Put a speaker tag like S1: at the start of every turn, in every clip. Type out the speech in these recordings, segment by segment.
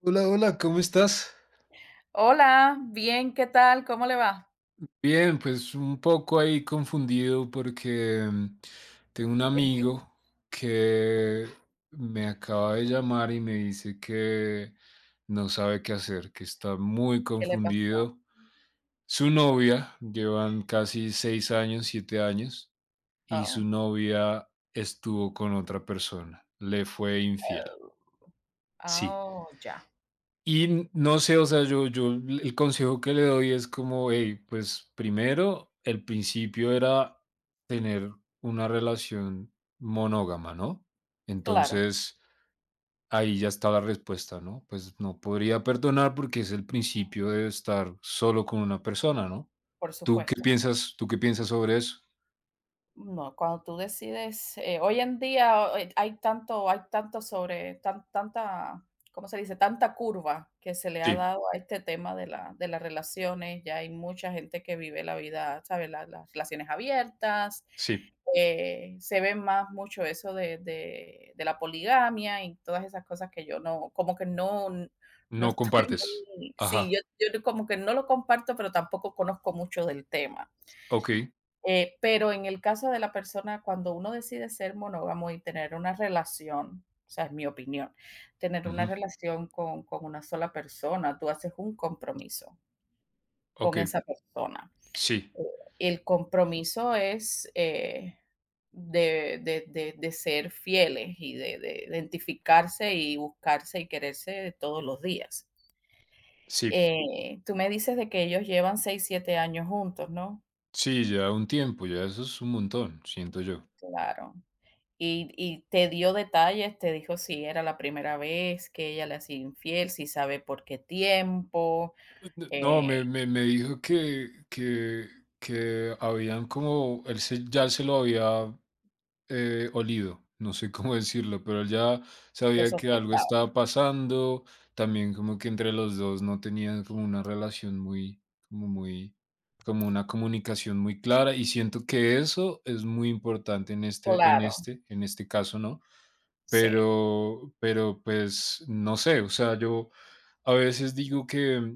S1: Hola, hola, ¿cómo estás?
S2: Hola, bien, ¿qué tal? ¿Cómo le va?
S1: Bien, pues un poco ahí confundido porque tengo un
S2: ¿Qué qué-
S1: amigo que me acaba de llamar y me dice que no sabe qué hacer, que está muy
S2: qué le pasó?
S1: confundido. Su novia, llevan casi 6 años, 7 años, y su
S2: Oh,
S1: novia estuvo con otra persona, le fue infiel. Sí.
S2: oh, ya,
S1: Y no sé, o sea, yo el consejo que le doy es como, hey, pues primero, el principio era tener una relación monógama, ¿no?
S2: claro,
S1: Entonces, ahí ya está la respuesta, ¿no? Pues no podría perdonar porque es el principio de estar solo con una persona, ¿no?
S2: por
S1: ¿Tú qué
S2: supuesto.
S1: piensas? ¿Tú qué piensas sobre eso?
S2: No, cuando tú decides, hoy en día hay tanto sobre, tanta, ¿cómo se dice? Tanta curva que se le ha
S1: Sí,
S2: dado a este tema de de las relaciones. Ya hay mucha gente que vive la vida, ¿sabes? Las relaciones abiertas.
S1: sí,
S2: Se ve más mucho eso de la poligamia y todas esas cosas que yo no, como que no
S1: no
S2: estoy
S1: compartes.
S2: muy, sí, yo,
S1: Ajá,
S2: yo como que no lo comparto, pero tampoco conozco mucho del tema.
S1: ok,
S2: Pero en el caso de la persona, cuando uno decide ser monógamo y tener una relación, o sea, es mi opinión, tener una
S1: ujú,
S2: relación con una sola persona, tú haces un compromiso
S1: ok,
S2: con esa persona.
S1: sí,
S2: Eh, el compromiso es, de ser fieles y de identificarse y buscarse y quererse todos los días.
S1: sí.
S2: Tú me dices de que ellos llevan 6 7 años juntos, ¿no?
S1: Sí, ya un tiempo, ya eso es un montón, siento yo.
S2: Claro. Y te dio detalles, te dijo si era la primera vez que ella le hacía infiel, si sabe por qué tiempo,
S1: No,
S2: eh,
S1: me dijo que habían como, ya se lo había olido, no sé cómo decirlo, pero él ya
S2: lo
S1: sabía que algo
S2: sospechaba.
S1: estaba pasando, también como que entre los dos no tenían como una relación muy, como una comunicación muy clara y siento que eso es muy importante
S2: Claro,
S1: en este caso, ¿no?
S2: sí,
S1: Pues, no sé, o sea, yo a veces digo que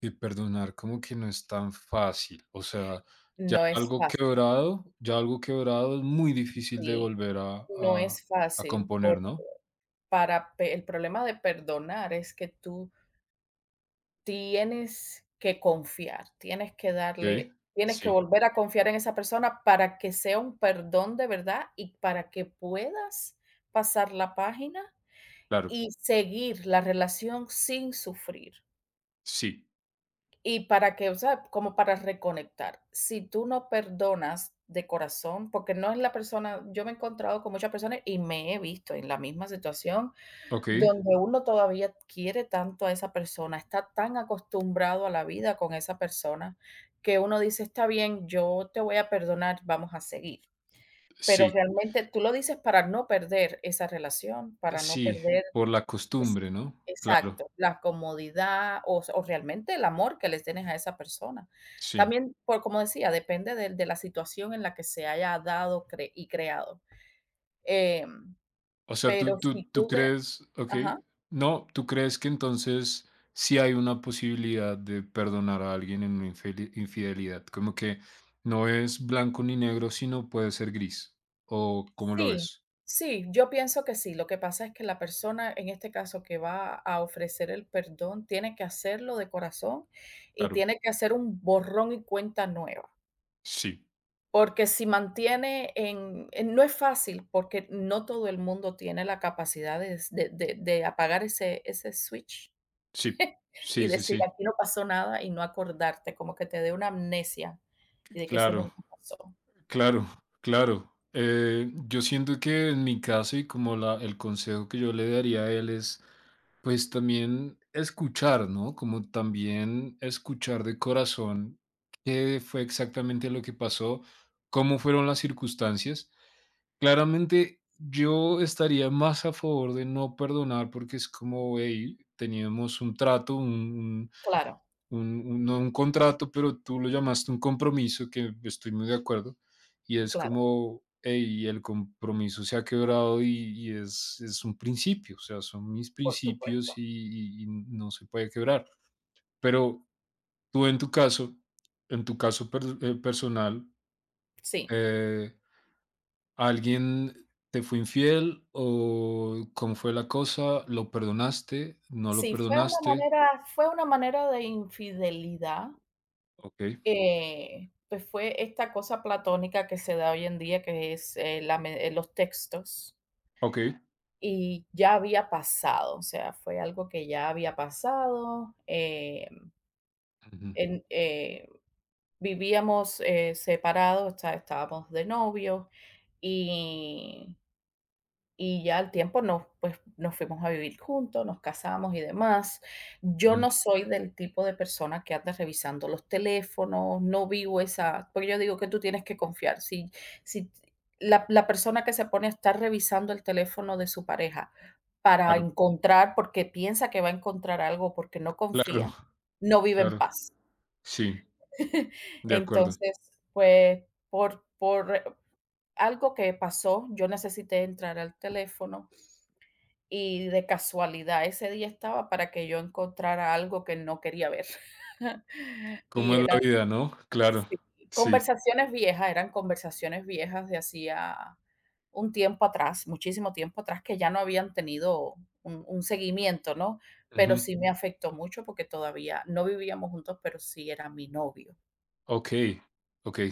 S1: que perdonar como que no es tan fácil, o sea,
S2: no es
S1: algo
S2: fácil,
S1: quebrado, ya algo quebrado es muy difícil de
S2: sí,
S1: volver a
S2: no
S1: a
S2: es
S1: a
S2: fácil.
S1: componer,
S2: Por
S1: ¿no?
S2: para pe El problema de perdonar es que tú tienes que confiar,
S1: Okey,
S2: tienes que
S1: sí,
S2: volver a confiar en esa persona para que sea un perdón de verdad y para que puedas pasar la página
S1: claro,
S2: y seguir la relación sin sufrir.
S1: sí,
S2: Y para que, o sea, como para reconectar. Si tú no perdonas de corazón, porque no es la persona. Yo me he encontrado con muchas personas y me he visto en la misma situación,
S1: okey,
S2: donde uno todavía quiere tanto a esa persona, está tan acostumbrado a la vida con esa persona, que uno dice: "Está bien, yo te voy a perdonar, vamos a seguir". Pero
S1: sí,
S2: realmente tú lo dices para no perder esa relación, para no
S1: sí,
S2: perder.
S1: por la
S2: Es
S1: costumbre, ¿no? Claro,
S2: exacto, la comodidad o realmente el amor que le tienes a esa persona.
S1: sí.
S2: También, por como decía, depende del de la situación en la que se haya dado creado. Em,
S1: O sea,
S2: pero
S1: tú tú
S2: si
S1: tú
S2: tú de,
S1: crees
S2: ajá.
S1: okey. No, ¿tú crees que entonces sí hay una posibilidad de perdonar a alguien en una infeli infidelidad? Como que no es blanco ni negro, sino puede ser gris, ¿o cómo lo
S2: Sí,
S1: ves?
S2: sí, yo pienso que sí. Lo que pasa es que la persona, en este caso, que va a ofrecer el perdón, tiene que hacerlo de corazón y
S1: Claro,
S2: tiene que hacer un borrón y cuenta nueva.
S1: sí,
S2: Porque si mantiene en, no es fácil, porque no todo el mundo tiene la capacidad de apagar ese switch
S1: sí,
S2: y
S1: sí, sí,
S2: decir:
S1: sí,
S2: "Aquí no pasó nada", y no acordarte, como que te dé una amnesia y de que eso
S1: claro,
S2: nunca pasó.
S1: claro, claro. Yo siento que en mi caso, y como la el consejo que yo le daría a él es pues también escuchar, ¿no? Como también escuchar de corazón qué fue exactamente lo que pasó, cómo fueron las circunstancias. Claramente yo estaría más a favor de no perdonar porque es como, hey, teníamos un trato,
S2: Claro,
S1: no un contrato, pero tú lo llamaste un compromiso, que estoy muy de acuerdo, y es
S2: claro,
S1: como, hey, el compromiso se ha quebrado y es un principio, o sea, son mis
S2: por
S1: principios
S2: supuesto.
S1: y y- no se puede quebrar. Pero tú en tu caso personal,
S2: Sí.
S1: eh, ¿alguien te fue infiel o cómo fue la cosa? ¿Lo perdonaste? ¿No lo
S2: Sí, fue una
S1: perdonaste?
S2: manera fue una manera de infidelidad.
S1: Ok,
S2: Pues fue esta cosa platónica que se da hoy en día, que es, la me los textos,
S1: ok.
S2: y ya había pasado, o sea, fue algo que ya había pasado,
S1: Ujú,
S2: en vivíamos, separados, o sea, estábamos de novios. y Y ya al tiempo pues, nos fuimos a vivir juntos, nos casamos y demás. Yo no
S1: ujú,
S2: soy del tipo de persona que anda revisando los teléfonos, no vivo esa, porque yo digo que tú tienes que confiar. Si, si la persona que se pone a estar revisando el teléfono de su pareja para
S1: claro.
S2: encontrar, porque piensa que va a encontrar algo, porque no
S1: Claro,
S2: confía, no vive en
S1: claro.
S2: paz.
S1: Sí, de acuerdo.
S2: Entonces, pues, por algo que pasó, yo necesité entrar al teléfono y de casualidad ese día estaba para que yo encontrara algo que no quería ver.
S1: ¿Cómo
S2: Y
S1: es la
S2: eran,
S1: vida, no? Claro,
S2: sí,
S1: sí.
S2: conversaciones viejas de hacía un tiempo atrás, muchísimo tiempo atrás, que ya no habían tenido un seguimiento, ¿no? Pero
S1: Ujú.
S2: sí me afectó mucho porque todavía no vivíamos juntos, pero sí era mi novio.
S1: Okey, okey,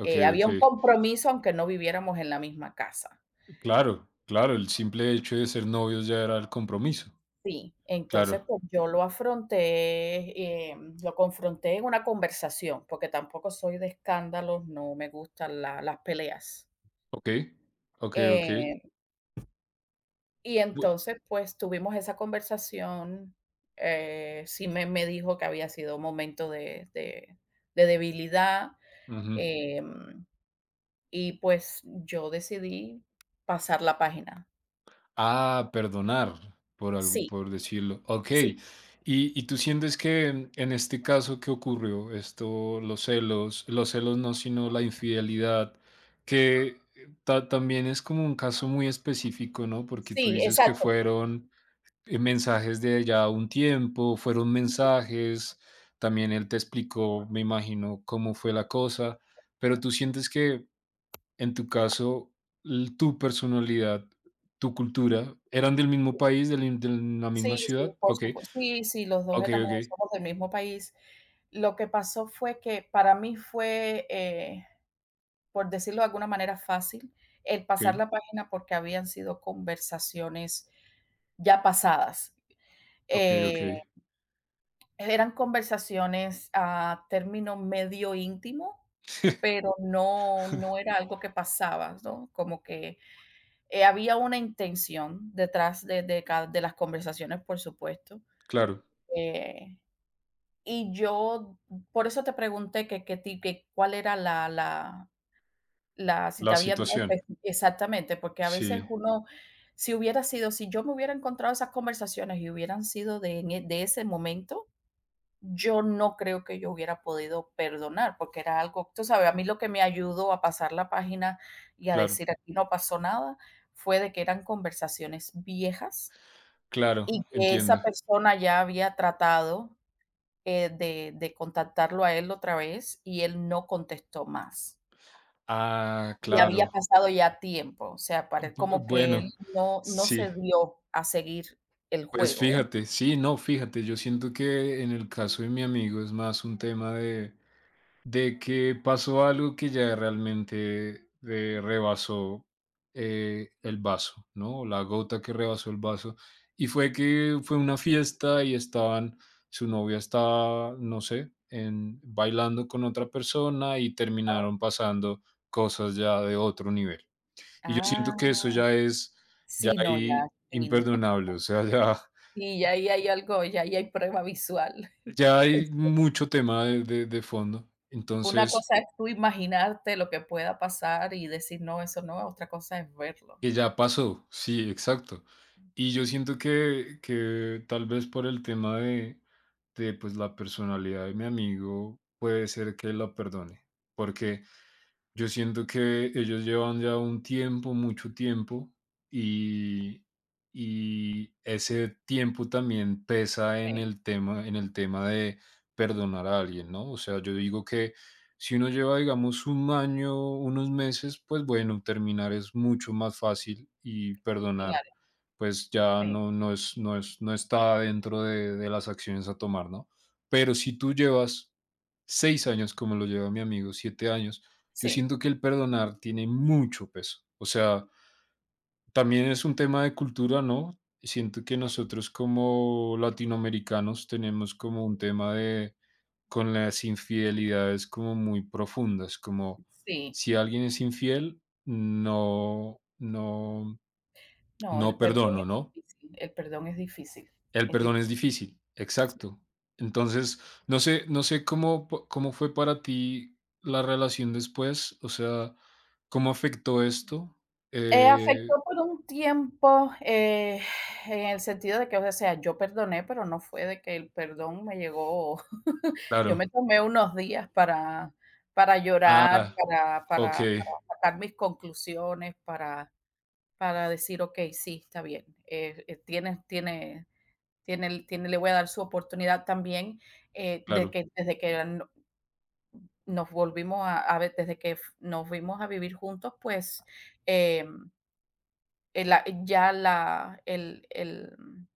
S1: okey,
S2: Había un
S1: okey.
S2: compromiso, aunque no viviéramos en la misma casa.
S1: Claro, claro, el simple hecho de ser novios ya era el compromiso.
S2: Sí, entonces,
S1: Claro.
S2: pues, yo lo afronté, lo confronté en una conversación, porque tampoco soy de escándalos, no me gustan la las peleas.
S1: Okey, okey, okey.
S2: Eh, y
S1: Bu
S2: entonces, pues, tuvimos esa conversación. Sí, me dijo que había sido un momento de debilidad.
S1: Ujú.
S2: em, y, pues, yo decidí pasar la página.
S1: Ah, perdonar, por algo,
S2: Sí,
S1: por decirlo. Ok.
S2: sí,
S1: Y tú sientes que en este caso que ocurrió, esto, los celos no, sino la infidelidad, que también es como un caso muy específico, ¿no? Porque tú
S2: sí,
S1: dices que
S2: exacto.
S1: fueron mensajes de ya un tiempo, fueron mensajes, también él te explicó, me imagino, cómo fue la cosa, pero tú sientes que en tu caso, l tu personalidad, tu cultura, ¿eran del mismo país, del mi de la misma
S2: Sí, sí,
S1: ciudad?
S2: por
S1: ¿Ok?
S2: supuesto. Sí, sí, los dos
S1: Ok,
S2: éramos
S1: ok,
S2: somos del mismo país. Lo que pasó fue que para mí fue, por decirlo de alguna manera, fácil el pasar
S1: ok,
S2: la página porque habían sido conversaciones ya pasadas.
S1: ok, ok,
S2: Eh, Eran conversaciones a término medio íntimo, pero no era algo que pasaba, ¿no? Como que, había una intención detrás de las conversaciones, por supuesto.
S1: claro,
S2: Eh, Y yo, por eso te pregunté que cuál era la la la si te
S1: la
S2: habían dado espe
S1: situación.
S2: exactamente, porque a veces
S1: Sí,
S2: uno, si yo me hubiera encontrado esas conversaciones y hubieran sido de en e de ese momento, yo no creo que yo hubiera podido perdonar, porque era algo, tú sabes. A mí lo que me ayudó a pasar la página y a
S1: claro,
S2: decir: "Aquí no pasó nada", fue de que eran conversaciones viejas
S1: claro,
S2: y que esa
S1: entiendo.
S2: persona ya había tratado, de contactarlo a él otra vez, y él no contestó más.
S1: Ah,
S2: Y había
S1: claro.
S2: pasado ya tiempo, o sea, para
S1: Bu
S2: como que él
S1: Bueno,
S2: no
S1: sí,
S2: se dio a seguir el
S1: pues
S2: juego.
S1: fíjate, sí, no, fíjate, yo siento que en el caso de mi amigo es más un tema de que pasó algo que ya realmente rebasó el vaso, ¿no? O la gota que rebasó el vaso. Y fue que fue una fiesta y estaban, su novia estaba, no sé, bailando con otra persona y
S2: Ah,
S1: terminaron pasando cosas ya de otro nivel. Y yo
S2: ah,
S1: siento que eso ya es, ya
S2: sí, no, ya,
S1: ahí
S2: sí, no.
S1: imperdonable, o sea, ya,
S2: Sí, ya ahí hay algo, ya ahí hay prueba visual.
S1: ya hay
S2: Es-
S1: mucho tema de fondo.
S2: Una
S1: Entonces,
S2: cosa es tú imaginarte lo que pueda pasar y decir: "No, eso no", otra cosa es verlo.
S1: que ya pasó, sí, exacto. Y yo siento que tal vez por el tema de pues la personalidad de mi amigo, puede ser que la perdone, porque yo siento que ellos llevan ya un tiempo, mucho tiempo, y, y ese tiempo también pesa
S2: Sí,
S1: en el tema de perdonar a alguien, ¿no? O sea, yo digo que si uno lleva, digamos, un año, unos meses, pues bueno, terminar es mucho más fácil y perdonar,
S2: claro,
S1: pues ya
S2: sí,
S1: no, no es, no está dentro de las acciones a tomar, ¿no? Pero si tú llevas 6 años, como lo lleva mi amigo, 7 años, yo
S2: sí,
S1: siento que el perdonar tiene mucho peso. O sea, también es un tema de cultura, ¿no? Y siento que nosotros como latinoamericanos tenemos como un tema de con las infidelidades como muy profundas, como
S2: sí.
S1: si alguien es infiel, no, no,
S2: No, el
S1: no
S2: perdón
S1: perdono,
S2: es
S1: ¿no?
S2: difícil, el perdón es difícil,
S1: El
S2: es difícil.
S1: perdón es difícil, exacto. Entonces, no sé, no sé cómo, cómo fue para ti la relación después, o sea, cómo afectó esto. Eh,
S2: Afectó por un tiempo, en el sentido de que, o sea, yo perdoné, pero no fue de que el perdón me llegó. Yo me
S1: claro.
S2: tomé unos días para llorar,
S1: Ah, ok,
S2: para sacar mis conclusiones, para decir: "Okey, sí, está bien, tienes tiene tiene el tiene le voy a dar su oportunidad también", de
S1: claro,
S2: que desde que no nos volvimos a ver, desde que f nos fuimos a vivir juntos, pues, em, el- la ya la el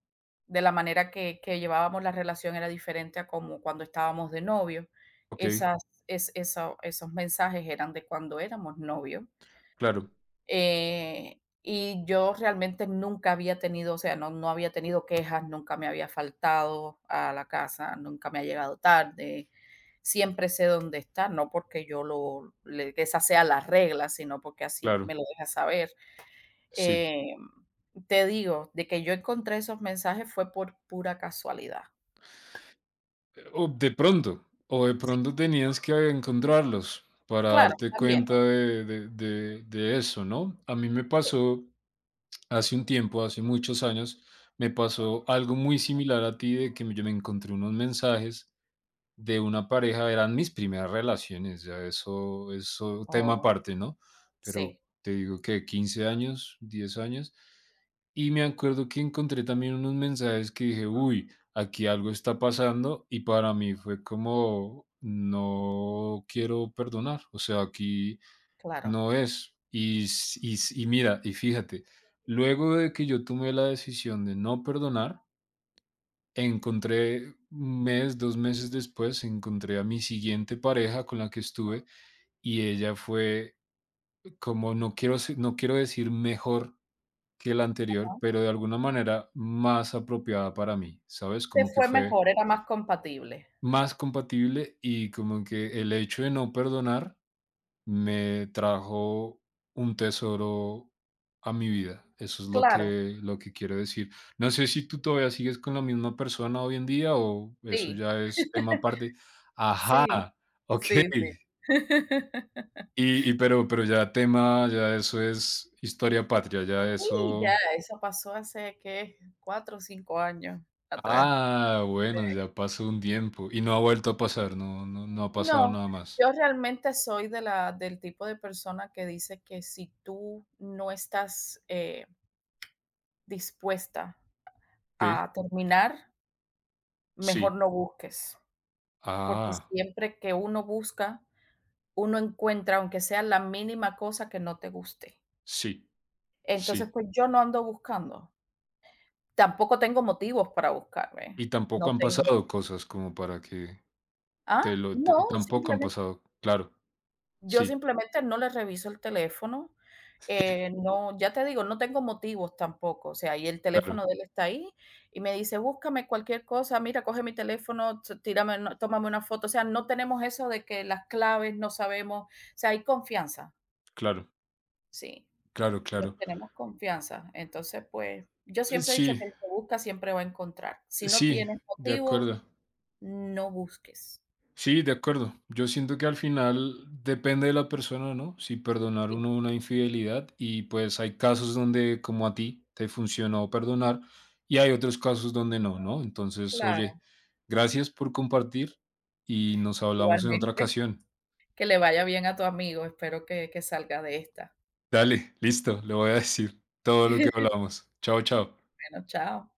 S2: de la manera que llevábamos la relación era diferente a como cuando estábamos de novios.
S1: ok,
S2: Esas es eso Esos mensajes eran de cuando éramos novios.
S1: claro,
S2: Y yo realmente nunca había tenido, o sea, no había tenido quejas, nunca me había faltado a la casa, nunca me ha llegado tarde, siempre sé dónde está, no porque yo lo le que esa sea la regla, sino porque así me
S1: claro,
S2: lo deja saber.
S1: sí.
S2: Eh, Te digo, de que yo encontré esos mensajes fue por pura casualidad.
S1: O de
S2: Sí,
S1: pronto tenías que encontrarlos para
S2: claro,
S1: darte
S2: también,
S1: cuenta de eso, ¿no? A mí me
S2: sí.
S1: pasó. Hace un tiempo, hace muchos años, me pasó algo muy similar a ti de que yo me encontré unos mensajes de una pareja, eran mis primeras relaciones, ya eso tema
S2: Oh,
S1: aparte, ¿no? Pero
S2: sí,
S1: te digo que 15 años, 10 años, y me acuerdo que encontré también unos mensajes que dije, uy, aquí algo está pasando y para mí fue como, no quiero perdonar, o sea, aquí
S2: claro.
S1: no es. Y mira, y fíjate, luego de que yo tomé la decisión de no perdonar, encontré un mes, 2 meses después, encontré a mi siguiente pareja con la que estuve y ella fue como, no quiero, no quiero decir mejor que la anterior,
S2: Ajá.
S1: pero de alguna manera más apropiada para mí, ¿sabes?
S2: Te
S1: Como que
S2: fue
S1: fue
S2: mejor, era más compatible.
S1: más compatible y como que el hecho de no perdonar me trajo un tesoro a mi vida. Eso es
S2: Claro,
S1: lo que quiero decir. No sé si tú todavía sigues con la misma persona hoy en día o eso
S2: sí,
S1: ya es tema aparte. Ajá,
S2: sí,
S1: ok.
S2: sí, sí.
S1: Pero ya tema, ya eso es historia patria, ya
S2: Sí, ya,
S1: eso.
S2: eso pasó hace, ¿qué? 4 o 5 años atrás.
S1: Ah, bueno, ya pasó un tiempo y no ha vuelto a pasar, no, no, no ha pasado
S2: No,
S1: nada más.
S2: yo realmente soy de la del tipo de persona que dice que si tú no estás, dispuesta
S1: Ok,
S2: a terminar, mejor
S1: sí.
S2: no busques, porque
S1: Ah,
S2: siempre que uno busca, uno encuentra, aunque sea la mínima cosa que no te guste.
S1: sí,
S2: Entonces,
S1: sí.
S2: pues, yo no ando buscando. Tampoco tengo motivos para buscarme.
S1: Y
S2: No
S1: tampoco han
S2: tengo
S1: pasado
S2: motivos.
S1: cosas como para que
S2: ¿Ah?
S1: te lo
S2: No,
S1: te tampoco han
S2: simplemente
S1: pasado. Claro,
S2: yo
S1: sí,
S2: simplemente no le reviso el teléfono. No, ya te digo, no tengo motivos tampoco, o sea, y el
S1: claro,
S2: teléfono de él está ahí y me dice: "Búscame cualquier cosa, mira, coge mi teléfono, t tírame una tómame una foto", o sea, no tenemos eso de que las claves no sabemos, o sea, hay confianza,
S1: claro,
S2: sí,
S1: claro,
S2: nos
S1: claro.
S2: tenemos confianza. Entonces, pues, yo siempre he dicho
S1: Sí,
S2: que el que busca siempre va a encontrar. Si no
S1: sí,
S2: tienes
S1: de
S2: motivos,
S1: acuerdo.
S2: no busques.
S1: Sí, de acuerdo. Yo siento que al final depende de la persona, ¿no? Si perdonar
S2: Sí,
S1: uno una infidelidad y pues hay casos donde como a ti te funcionó perdonar y hay otros casos donde no, ¿no? Entonces, oye,
S2: claro,
S1: gracias por compartir y nos hablamos en otra
S2: igualmente.
S1: ocasión.
S2: Que le vaya bien a tu amigo, espero que salga de esta.
S1: Dale, listo, le voy a decir todo lo que hablamos. Chao, chao.
S2: Bueno, chao.